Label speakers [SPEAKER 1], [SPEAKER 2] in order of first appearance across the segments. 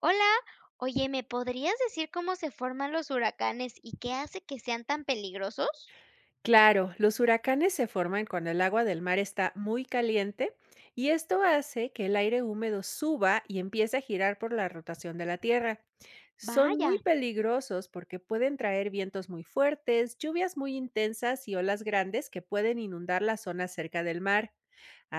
[SPEAKER 1] Hola, oye, ¿me podrías decir cómo se forman los huracanes y qué hace que sean tan peligrosos?
[SPEAKER 2] Claro, los huracanes se forman cuando el agua del mar está muy caliente y esto hace que el aire húmedo suba y empiece a girar por la rotación de la Tierra. Son muy
[SPEAKER 1] Vaya,
[SPEAKER 2] peligrosos porque pueden traer vientos muy fuertes, lluvias muy intensas y olas grandes que pueden inundar las zonas cerca del mar.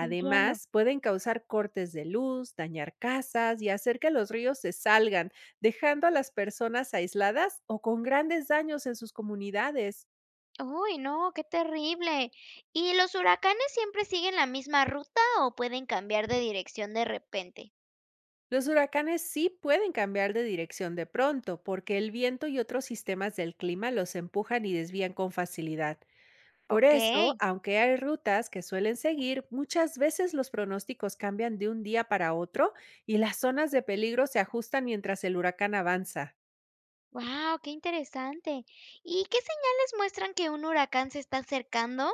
[SPEAKER 1] entiendo.
[SPEAKER 2] pueden causar cortes de luz, dañar casas y hacer que los ríos se salgan, dejando a las personas aisladas o con grandes daños en sus comunidades.
[SPEAKER 1] Uy, no, qué terrible. ¿Y los huracanes siempre siguen la misma ruta o pueden cambiar de dirección de repente?
[SPEAKER 2] Los huracanes sí pueden cambiar de dirección de pronto, porque el viento y otros sistemas del clima los empujan y desvían con facilidad. Por
[SPEAKER 1] Ok.
[SPEAKER 2] eso, aunque hay rutas que suelen seguir, muchas veces los pronósticos cambian de un día para otro y las zonas de peligro se ajustan mientras el huracán avanza.
[SPEAKER 1] Wow, qué interesante. ¿Y qué señales muestran que un huracán se está acercando?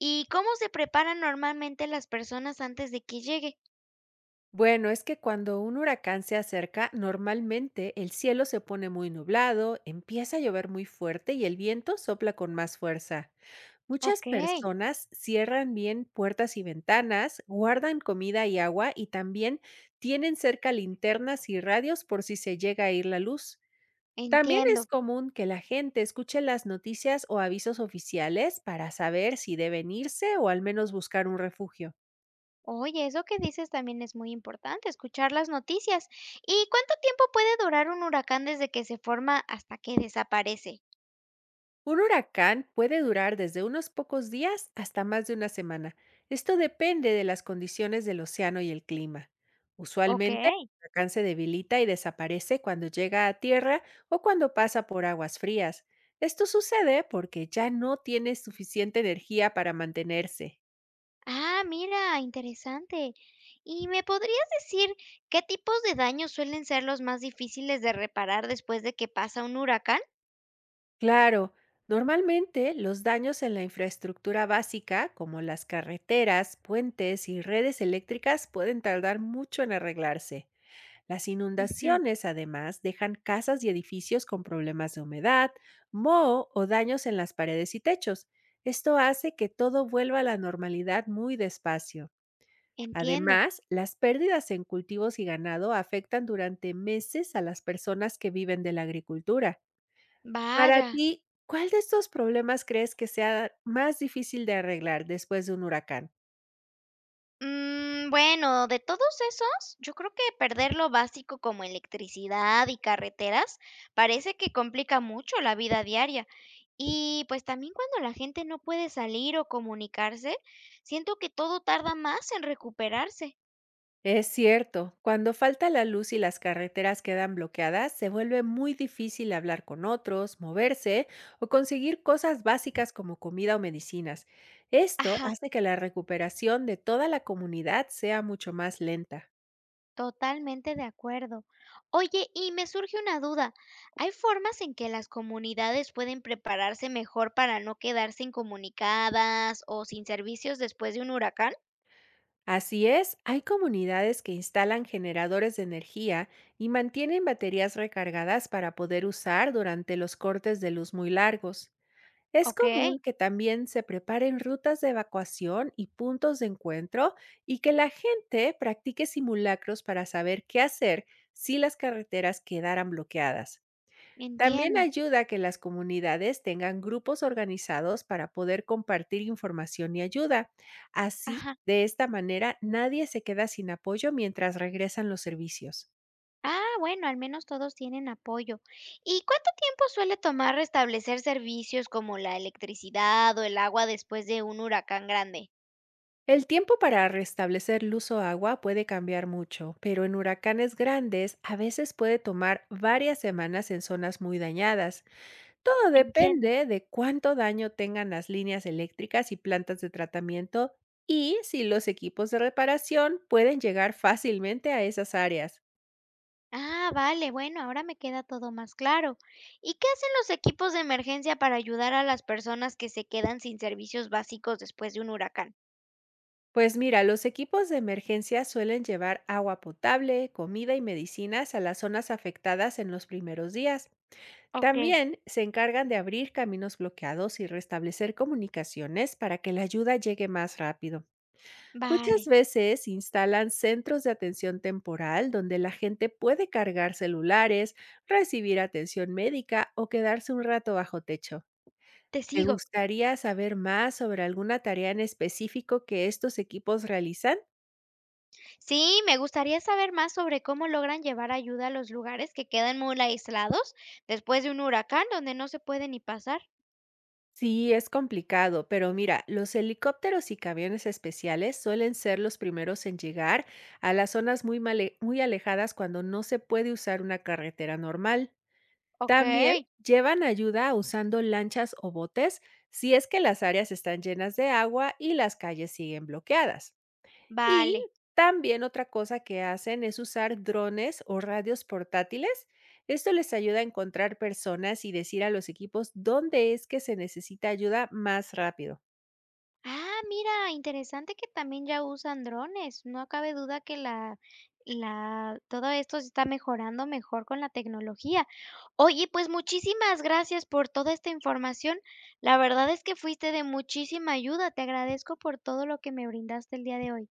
[SPEAKER 1] ¿Y cómo se preparan normalmente las personas antes de que llegue?
[SPEAKER 2] Bueno, es que cuando un huracán se acerca, normalmente el cielo se pone muy nublado, empieza a llover muy fuerte y el viento sopla con más fuerza. Muchas
[SPEAKER 1] Ok,
[SPEAKER 2] personas cierran bien puertas y ventanas, guardan comida y agua y también tienen cerca linternas y radios por si se llega a ir la luz. También es
[SPEAKER 1] entiendo.
[SPEAKER 2] común que la gente escuche las noticias o avisos oficiales para saber si deben irse o al menos buscar un refugio.
[SPEAKER 1] Oye, eso que dices también es muy importante, escuchar las noticias. ¿Y cuánto tiempo puede durar un huracán desde que se forma hasta que desaparece?
[SPEAKER 2] Un huracán puede durar desde unos pocos días hasta más de una semana. Esto depende de las condiciones del océano y el clima.
[SPEAKER 1] Ok.
[SPEAKER 2] Usualmente, el huracán se debilita y desaparece cuando llega a tierra o cuando pasa por aguas frías. Esto sucede porque ya no tiene suficiente energía para mantenerse.
[SPEAKER 1] Ah, mira, interesante. ¿Y me podrías decir qué tipos de daños suelen ser los más difíciles de reparar después de que pasa un huracán?
[SPEAKER 2] Claro, normalmente los daños en la infraestructura básica, como las carreteras, puentes y redes eléctricas, pueden tardar mucho en arreglarse. Las
[SPEAKER 1] Ujú,
[SPEAKER 2] inundaciones, además, dejan casas y edificios con problemas de humedad, moho o daños en las paredes y techos. Esto hace que todo vuelva a la normalidad muy despacio.
[SPEAKER 1] entiendo.
[SPEAKER 2] Además, las pérdidas en cultivos y ganado afectan durante meses a las personas que viven de la agricultura. Para
[SPEAKER 1] Vaya.
[SPEAKER 2] ti, ¿cuál de estos problemas crees que sea más difícil de arreglar después de un huracán?
[SPEAKER 1] Mm, bueno, de todos esos, yo creo que perder lo básico como electricidad y carreteras parece que complica mucho la vida diaria. Y pues también cuando la gente no puede salir o comunicarse, siento que todo tarda más en recuperarse.
[SPEAKER 2] Es cierto, cuando falta la luz y las carreteras quedan bloqueadas, se vuelve muy difícil hablar con otros, moverse o conseguir cosas básicas como comida o medicinas. Esto
[SPEAKER 1] Ajá,
[SPEAKER 2] hace que la recuperación de toda la comunidad sea mucho más lenta.
[SPEAKER 1] totalmente de acuerdo. Oye, y me surge una duda. ¿Hay formas en que las comunidades pueden prepararse mejor para no quedarse incomunicadas o sin servicios después de un huracán?
[SPEAKER 2] Así es, hay comunidades que instalan generadores de energía y mantienen baterías recargadas para poder usar durante los cortes de luz muy largos. Es
[SPEAKER 1] Ok.
[SPEAKER 2] común que también se preparen rutas de evacuación y puntos de encuentro y que la gente practique simulacros para saber qué hacer si las carreteras quedaran bloqueadas. También
[SPEAKER 1] Entiendo,
[SPEAKER 2] ayuda a que las comunidades tengan grupos organizados para poder compartir información y ayuda. Así,
[SPEAKER 1] ajá.
[SPEAKER 2] de esta manera, nadie se queda sin apoyo mientras regresan los servicios.
[SPEAKER 1] Ah, bueno, al menos todos tienen apoyo. ¿Y cuánto tiempo suele tomar restablecer servicios como la electricidad o el agua después de un huracán grande?
[SPEAKER 2] El tiempo para restablecer luz o agua puede cambiar mucho, pero en huracanes grandes a veces puede tomar varias semanas en zonas muy dañadas. Todo
[SPEAKER 1] Entiendo.
[SPEAKER 2] depende de cuánto daño tengan las líneas eléctricas y plantas de tratamiento y si los equipos de reparación pueden llegar fácilmente a esas áreas.
[SPEAKER 1] Ah, vale, bueno, ahora me queda todo más claro. ¿Y qué hacen los equipos de emergencia para ayudar a las personas que se quedan sin servicios básicos después de un huracán?
[SPEAKER 2] Pues mira, los equipos de emergencia suelen llevar agua potable, comida y medicinas a las zonas afectadas en los primeros días.
[SPEAKER 1] Ok,
[SPEAKER 2] También se encargan de abrir caminos bloqueados y restablecer comunicaciones para que la ayuda llegue más rápido. Muchas
[SPEAKER 1] vale,
[SPEAKER 2] veces instalan centros de atención temporal donde la gente puede cargar celulares, recibir atención médica o quedarse un rato bajo techo.
[SPEAKER 1] te
[SPEAKER 2] ¿Te
[SPEAKER 1] sigo.
[SPEAKER 2] gustaría saber más sobre alguna tarea en específico que estos equipos realizan?
[SPEAKER 1] Sí, me gustaría saber más sobre cómo logran llevar ayuda a los lugares que quedan muy aislados después de un huracán donde no se puede ni pasar.
[SPEAKER 2] Sí, es complicado, pero mira, los helicópteros y camiones especiales suelen ser los primeros en llegar a las zonas muy, muy alejadas cuando no se puede usar una carretera normal.
[SPEAKER 1] Ok,
[SPEAKER 2] También llevan ayuda usando lanchas o botes si es que las áreas están llenas de agua y las calles siguen bloqueadas. Y
[SPEAKER 1] vale.
[SPEAKER 2] también otra cosa que hacen es usar drones o radios portátiles. Esto les ayuda a encontrar personas y decir a los equipos dónde es que se necesita ayuda más rápido.
[SPEAKER 1] Ah, mira, interesante que también ya usan drones. No cabe duda que la, todo esto se está mejorando mejor con la tecnología. Oye, pues muchísimas gracias por toda esta información. La verdad es que fuiste de muchísima ayuda. Te agradezco por todo lo que me brindaste el día de hoy.